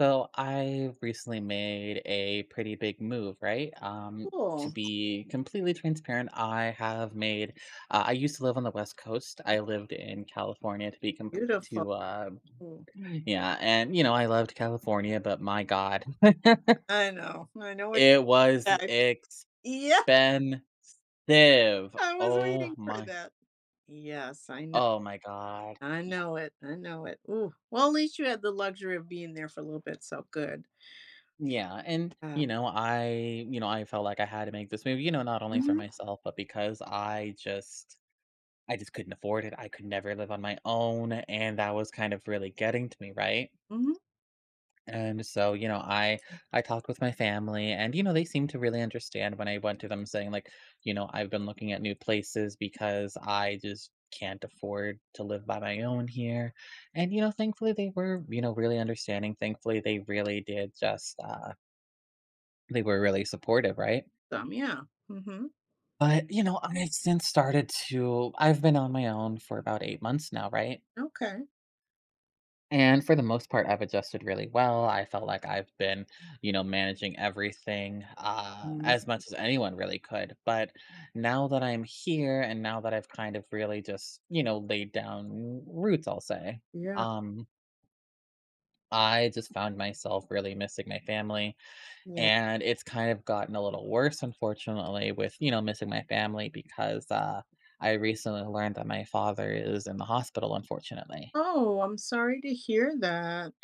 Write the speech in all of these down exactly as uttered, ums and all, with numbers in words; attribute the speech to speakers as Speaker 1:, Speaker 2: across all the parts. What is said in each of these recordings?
Speaker 1: So I recently made a pretty big move, right? Um, to
Speaker 2: Cool.
Speaker 1: be completely transparent, I have made. Uh, I used to live on the West Coast. I lived in California to be complete.
Speaker 2: Beautiful.
Speaker 1: To uh, Yeah, and you know I loved California, but my God,
Speaker 2: I know. I know what
Speaker 1: it was
Speaker 2: you typed.
Speaker 1: expensive.
Speaker 2: Yeah, I was
Speaker 1: Oh
Speaker 2: waiting for
Speaker 1: my,
Speaker 2: that. Yes, I know.
Speaker 1: oh my God.
Speaker 2: I
Speaker 1: Yeah,
Speaker 2: know it. I know it. Ooh. Well, at least you had the luxury of being there for a little bit, so good.
Speaker 1: yeah, and
Speaker 2: Uh,
Speaker 1: you know I, you know I felt like I had to make this move. You know, not only for
Speaker 2: mhm,
Speaker 1: myself, but because I just I just couldn't afford it. I could never live on my own, and that was kind of really getting to me, right?
Speaker 2: mhm,
Speaker 1: And so, you know, I I talked with my family, and you know, they seemed to really understand when I went to them saying like, you know, I've been looking at new places because I just can't afford to live by my own here. And you know, thankfully they were, you know, really understanding. Thankfully they really did just uh they were really supportive, right?
Speaker 2: some, yeah. Hmm.
Speaker 1: But, you know, I've since started to I've been on my own for about eight months now, right?
Speaker 2: Okay.
Speaker 1: And for the most part, I've adjusted really well. I felt like I've been, you know, managing everything uh,
Speaker 2: Mhm.
Speaker 1: as much as anyone really could. But now that I'm here and now that I've kind of really just, you know, laid down roots, I'll say,
Speaker 2: Yeah.
Speaker 1: um, I just found myself really missing my family.
Speaker 2: Yeah.
Speaker 1: And it's kind of gotten a little worse, unfortunately, with, you know, missing my family because uh, I recently learned that my father is in the hospital, unfortunately.
Speaker 2: Oh, I'm sorry to hear that.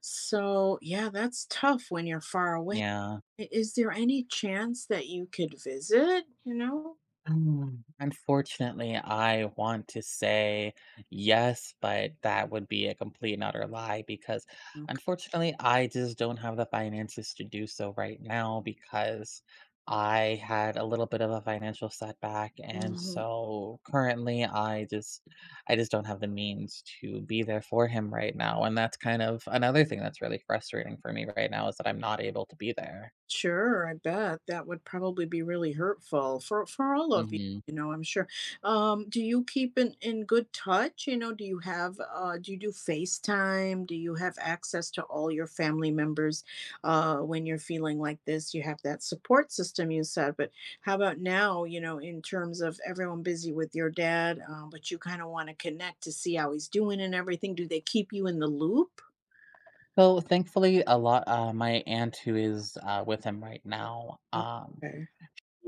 Speaker 2: So, yeah, that's tough when you're far away.
Speaker 1: Yeah.
Speaker 2: I- Is there any chance that you could visit? You know?
Speaker 1: Mm, Unfortunately, I want to say yes, but that would be a complete and utter lie because unfortunately, I just don't have the finances to do so right now because I had a little bit of a financial setback, and
Speaker 2: Okay.
Speaker 1: so currently I just I just don't have the means to be there for him right now, and that's kind of another thing that's really frustrating for me right now is that I'm not able to be there.
Speaker 2: Sure, I bet that would probably be really hurtful for for all of you,
Speaker 1: Mm-hmm.
Speaker 2: you know, I'm sure. Um, do you keep in in good touch? You know, do you have uh do you do FaceTime? Do you have access to all your family members uh when you're feeling like this? You have that support system you said, but how about now, you know, in terms of everyone busy with your dad, uh, but you kind of want to connect to see how he's doing and everything. Do they keep you in the loop?
Speaker 1: So, thankfully, a lot uh, my aunt who is, uh, with him right now, um,
Speaker 2: Okay.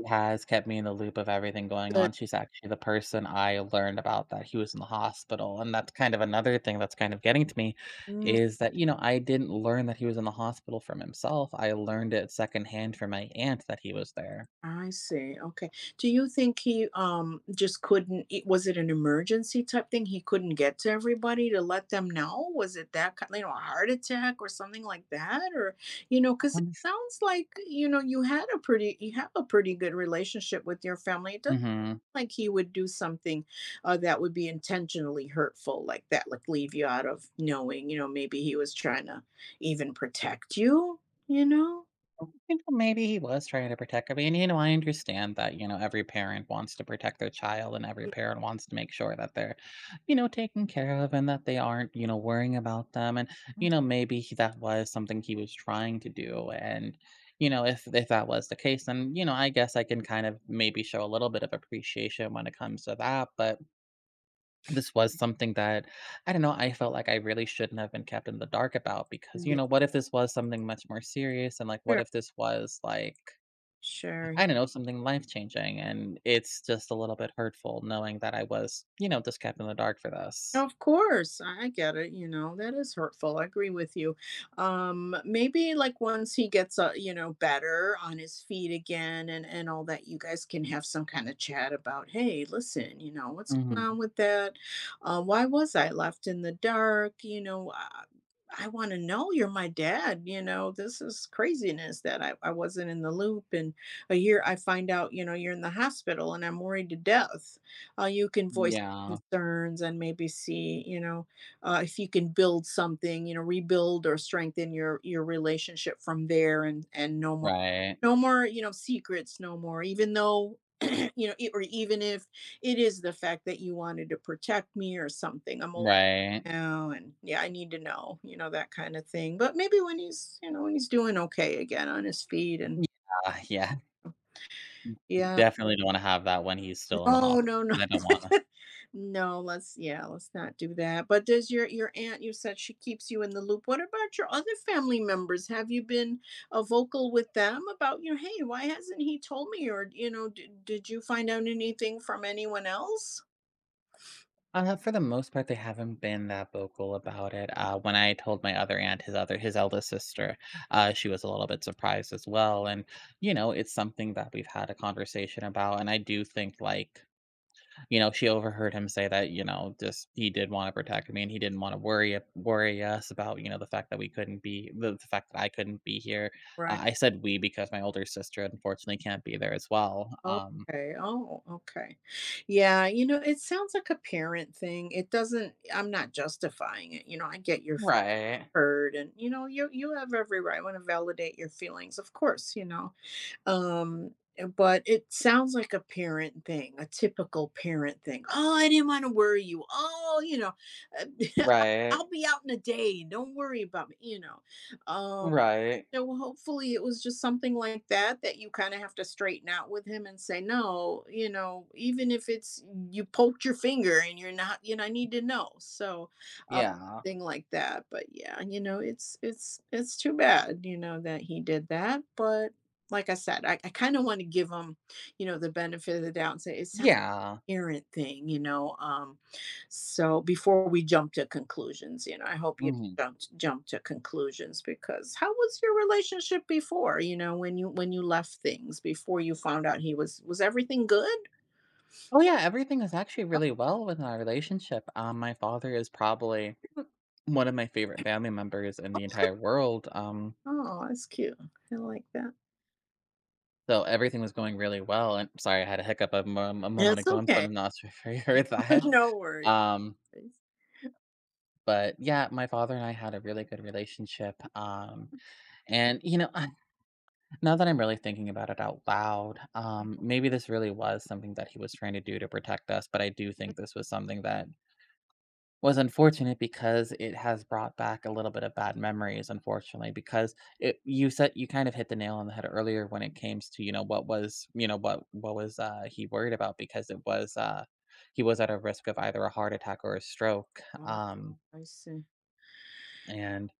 Speaker 1: has kept me in the loop of everything going on. She's actually the person I learned about that he was in the hospital, and that's kind of another thing that's kind of getting to me
Speaker 2: Good.
Speaker 1: is that, you know, I didn't learn that he was in the hospital from himself. I learned it secondhand from my aunt that he was there.
Speaker 2: I see. Okay. Do you think he um just couldn't it, was it an emergency type thing? He couldn't get to everybody to let them know? Was it that kind, you know, a heart attack or something like that? Or, you know, because it sounds like, you know, you had a pretty you have a pretty good relationship with your family. It doesn't
Speaker 1: Mhm.
Speaker 2: sound like he would do something uh, that would be intentionally hurtful like that, like leave you out of knowing, you know, maybe he was trying to even protect you, you know?
Speaker 1: You know, maybe he was trying to protect. I mean, you know, I understand that, you know, every parent wants to protect their child and every parent wants to make sure that they're, you know, taken care of, and that they aren't, you know, worrying about them. And, you know, maybe he- that was something he was trying to do. And, you know, if if that was the case, then, you know, I guess I can kind of maybe show a little bit of appreciation when it comes to that. But this was something that, I don't know, I felt like I really shouldn't have been kept in the dark about because,
Speaker 2: Mm.
Speaker 1: you
Speaker 2: Yeah,
Speaker 1: know, what if this was something much more serious? And like, what
Speaker 2: sure,
Speaker 1: if this was like,
Speaker 2: sure.
Speaker 1: I don't know, something life changing? And it's just a little bit hurtful knowing that I was, you know, just kept in the dark for this.
Speaker 2: Of course, I get it, you know, that is hurtful, I agree with you. Um, maybe, like, once he gets, uh, you know, better on his feet again and and all that, you guys can have some kinda chat about, "Hey, listen, you know, what's going
Speaker 1: Hmm.
Speaker 2: on with that? Uh, why was I left in the dark?" You know, "I I wanna know, you're my dad, you know, this is craziness that I I wasn't in the loop, and, a year I find out, you know, you're in the hospital, and I'm worried to death." Uh, you can voice
Speaker 1: Yeah,
Speaker 2: concerns and maybe see, you know, uh, if you can build something, you know, rebuild or strengthen your your relationship from there and and no more
Speaker 1: right,
Speaker 2: no more, you know, secrets, no more, even though you know, it, or even if it is the fact that you wanted to protect me or something. I'm old
Speaker 1: right.
Speaker 2: now and yeah, I need to know, you know, that kind of thing. But maybe when he's, you know, when he's doing okay again on his feet and
Speaker 1: Yeah, yeah.
Speaker 2: yeah.
Speaker 1: Definitely don't want to have that when he's still in the
Speaker 2: Oh, no,
Speaker 1: hospital
Speaker 2: no.
Speaker 1: because I don't want.
Speaker 2: No, let's yeah, let's not do that. But does your your aunt, you said she keeps you in the loop. What about your other family members? Have you been, uh, vocal with them about, you know, "Hey, why hasn't he told me?" Or, you know, "Di did you find out anything from anyone else?"
Speaker 1: Uh, for the most part, they haven't been that vocal about it. Uh, when I told my other aunt, his other, his eldest sister, uh, she was a little bit surprised as well. And you know, it's something that we've had a conversation about. And I do think, like, you know, she overheard him say that, you know, just he did want to protect me and he didn't want to worry worry us about, you know, the fact that we couldn't be the, the fact that I couldn't be here. Uh,
Speaker 2: Right.
Speaker 1: I said we because my older sister unfortunately can't be there as well. Um,
Speaker 2: Okay. Oh, okay. Yeah, you know, it sounds like a parent thing. It doesn't I'm not justifying it, you know, I get your
Speaker 1: right,
Speaker 2: hurt and, you know, you you have every right, I wanna validate your feelings, of course, you know? Um, eh, but it sounds like a parent thing, a typical parent thing. "Oh, I didn't wanna worry you. Oh," you know,
Speaker 1: right,
Speaker 2: "I'll be out in a day. Don't worry about me," you know? Um,
Speaker 1: right.
Speaker 2: so hopefully it was just something like that that you kinda have to straighten out with him and say, "No," you know, even if it's you poked your finger and you're not you know, I need to know. So
Speaker 1: Yeah.
Speaker 2: thing like that, but yeah, you know, it's it's it's too bad, you know, that he did that, but like I said, I, I kind of want to give him, you know, the benefit of the doubt and say it's a
Speaker 1: Yeah.
Speaker 2: parent thing, you know. Um, so before we jump to conclusions, you know, I hope you
Speaker 1: Mhm.
Speaker 2: don't jump to conclusions because how was your relationship before, you know, when you when you left things before you found out he was was everything good?
Speaker 1: Oh, yeah, everything is actually
Speaker 2: Oh,
Speaker 1: really well with our relationship. Um, my father is probably one of my favorite family members in the
Speaker 2: okay.
Speaker 1: entire world. Um,
Speaker 2: Oh, that's cute. I like that.
Speaker 1: so everything was going really well. And sorry, I had a hiccup a, mo- a moment
Speaker 2: It's
Speaker 1: ago. I'm sorry,
Speaker 2: okay.
Speaker 1: I'm not sure if you heard that.
Speaker 2: No worries.
Speaker 1: Um, but yeah, my father and I had a really good relationship. Um,
Speaker 2: Mhm.
Speaker 1: and you know, now that I'm really thinking about it out loud, um, maybe this really was something that he was trying to do to protect us. But I do think this was something that was unfortunate because it has brought back a little bit of bad memories, unfortunately, because it you said you kind of hit the nail on the head earlier when it came to, you know, what was, you know, what what was uh he worried about because it
Speaker 2: Mm.
Speaker 1: was uh he was at a risk of either a heart attack or a stroke.
Speaker 2: Ah,
Speaker 1: Um
Speaker 2: I see.
Speaker 1: and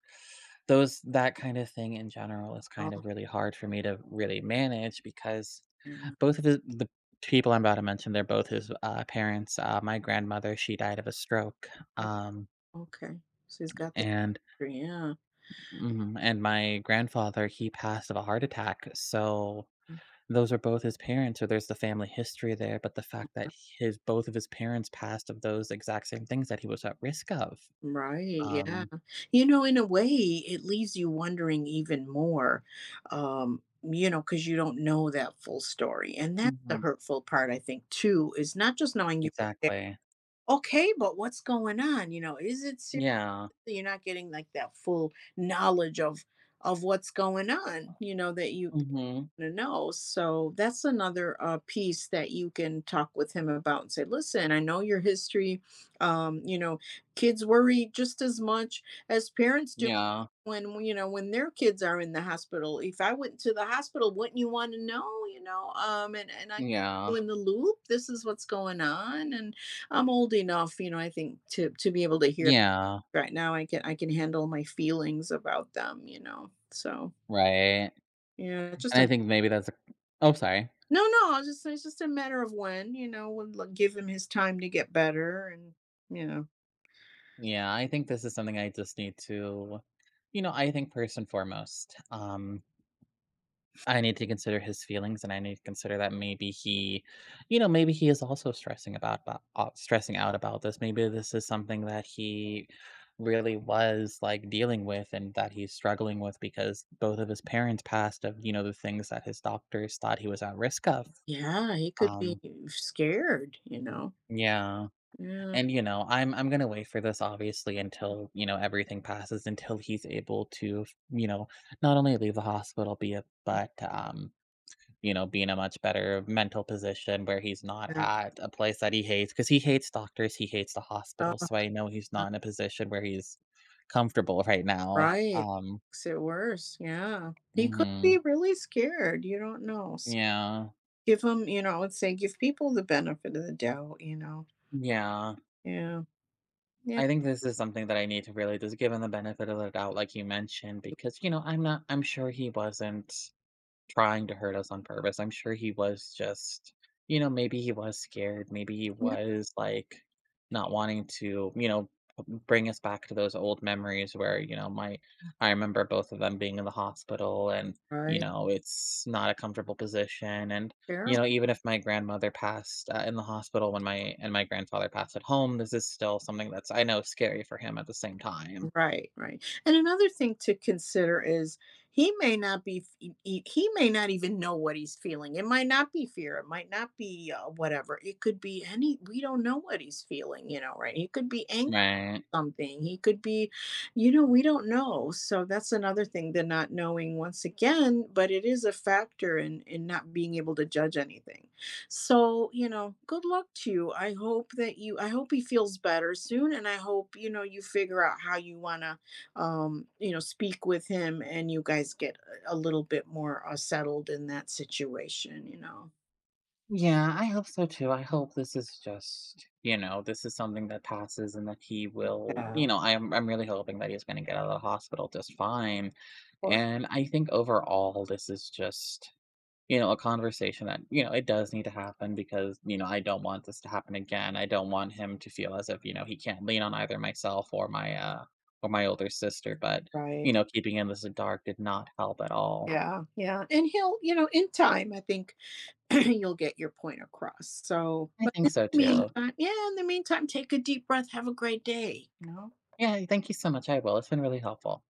Speaker 1: those that kind of thing in general is kind of
Speaker 2: Oh,
Speaker 1: really hard for me to really manage because
Speaker 2: yeah.
Speaker 1: both of the, the people I'm about to mention, they're both his uh, parents. Uh, my grandmother, she died of a stroke.
Speaker 2: Oh,
Speaker 1: Um,
Speaker 2: okay. She's got the
Speaker 1: and
Speaker 2: history. Yeah.
Speaker 1: mhm, and my grandfather, he passed of a heart attack, so those are both his parents, so there's the family history there, but the fact that his both of his parents passed of those exact same things that he was at risk of.
Speaker 2: Right, yeah.
Speaker 1: Um
Speaker 2: You know, in a way, it leaves you wondering even more, um, you know, because you don't know that full story. And that's the
Speaker 1: Mhm,
Speaker 2: hurtful part, I think, too, is not just knowing you were there.
Speaker 1: exactly.
Speaker 2: Okay, but what's going on? You know, is it serious?
Speaker 1: Yeah.
Speaker 2: So you're not getting like that full knowledge of of what's going on, you know, that you
Speaker 1: Mhm.
Speaker 2: to know. So that's another uh, piece that you can talk with him about and say, listen, I know your history. Um, you know, kids worry just as much as parents do
Speaker 1: Yeah.
Speaker 2: when you know when their kids are in the hospital. If I went to the hospital, wouldn't you want to know? You know, um, and and I keep
Speaker 1: Yeah.
Speaker 2: you in the loop this is what's going on and I'm old enough you know I think to to be able to hear
Speaker 1: Yeah,
Speaker 2: right now, I can I can handle my feelings about them, you know? So,
Speaker 1: right, and
Speaker 2: yeah, it's just a
Speaker 1: I think maybe that's a. Oh, sorry.
Speaker 2: no, no, it's just it's just a matter of when, you know, we'll l give him his time to get better and, you know.
Speaker 1: Yeah, I think this is something I just need to you know, I think first and foremost, um I need to consider his feelings, and I need to consider that maybe he, you know, maybe he is also stressing about, about uh, stressing out about this. Maybe this is something that he really was like dealing with, and that he's struggling with because both of his parents passed of, you know, the things that his doctors thought he was at risk of.
Speaker 2: Yeah, he could be
Speaker 1: Um,
Speaker 2: scared, you know?
Speaker 1: yeah,
Speaker 2: Yeah.
Speaker 1: and you know, I'm I'm gonna wait for this obviously until, you know, everything passes, until he's able to, you know, not only leave the hospital, be it, but um you know, be in a much better mental position where he's not
Speaker 2: Yeah.
Speaker 1: at a place that he hates because he hates doctors, he hates the
Speaker 2: Uh,
Speaker 1: hospital. So I know he's not in a position where he's comfortable right now.
Speaker 2: right.
Speaker 1: Um,
Speaker 2: Makes it worse, yeah. He could be
Speaker 1: hmm,
Speaker 2: really scared, you don't know, so
Speaker 1: yeah,
Speaker 2: give him you know, I would say give people the benefit of the doubt, you know?
Speaker 1: yeah.
Speaker 2: Yeah. Yeah,
Speaker 1: I think this is something that I need to really just give him the benefit of the doubt, like you mentioned, because you know, I'm not, I'm sure he wasn't trying to hurt us on purpose. I'm sure he was just, you know, maybe he was scared, maybe he
Speaker 2: yeah.
Speaker 1: was, like, not wanting to, you know, bring us back to those old memories where, you know, my I remember both of them being in the hospital, and, you
Speaker 2: Right.
Speaker 1: know, it's not a comfortable position, and,
Speaker 2: Fair.
Speaker 1: you know, even if my grandmother passed, uh, in the hospital when my and my grandfather passed at home, this is still something that's, I know, scary for him at the same time.
Speaker 2: Right, right. And another thing to consider is he may not be f- e- e- he may not even know what he's feeling. It might not be fear. It might not be uh, whatever. It could be any. We don't know what he's feeling, you know. Right? It could be
Speaker 1: Right.
Speaker 2: something. He could be, you know, we don't know. So that's another thing, the not knowing once again, but it is a factor in in not being able to judge anything. So, you know, good luck to you. I hope that you I hope he feels better soon and I hope, you know, you figure out how you want to um, you know, speak with him and you guys get a, a little bit more uh, settled in that situation, you know.
Speaker 1: Yeah, I hope so too. I hope this is just, you know, this is something that passes and that he will,
Speaker 2: Yeah.
Speaker 1: you know, I'm I'm really hoping that he's going to get out of the hospital just fine.
Speaker 2: Or-
Speaker 1: And I think overall this is just, you know, a conversation that, you know, it does need to happen because, you know, I don't want this to happen again. I don't want him to feel as if, you know, he can't lean on either myself or my uh or my older sister, but, you
Speaker 2: right.
Speaker 1: know, keeping him this dark did not help at all.
Speaker 2: Yeah. Yeah. And he'll, you know, in time, I think you'll get your point across. So,
Speaker 1: I
Speaker 2: but
Speaker 1: think
Speaker 2: in
Speaker 1: so
Speaker 2: the
Speaker 1: too.
Speaker 2: meantime, yeah, in the meantime, take a deep breath. Have a great day. You know.
Speaker 1: Yeah, thank you so much. I will. It's been really helpful.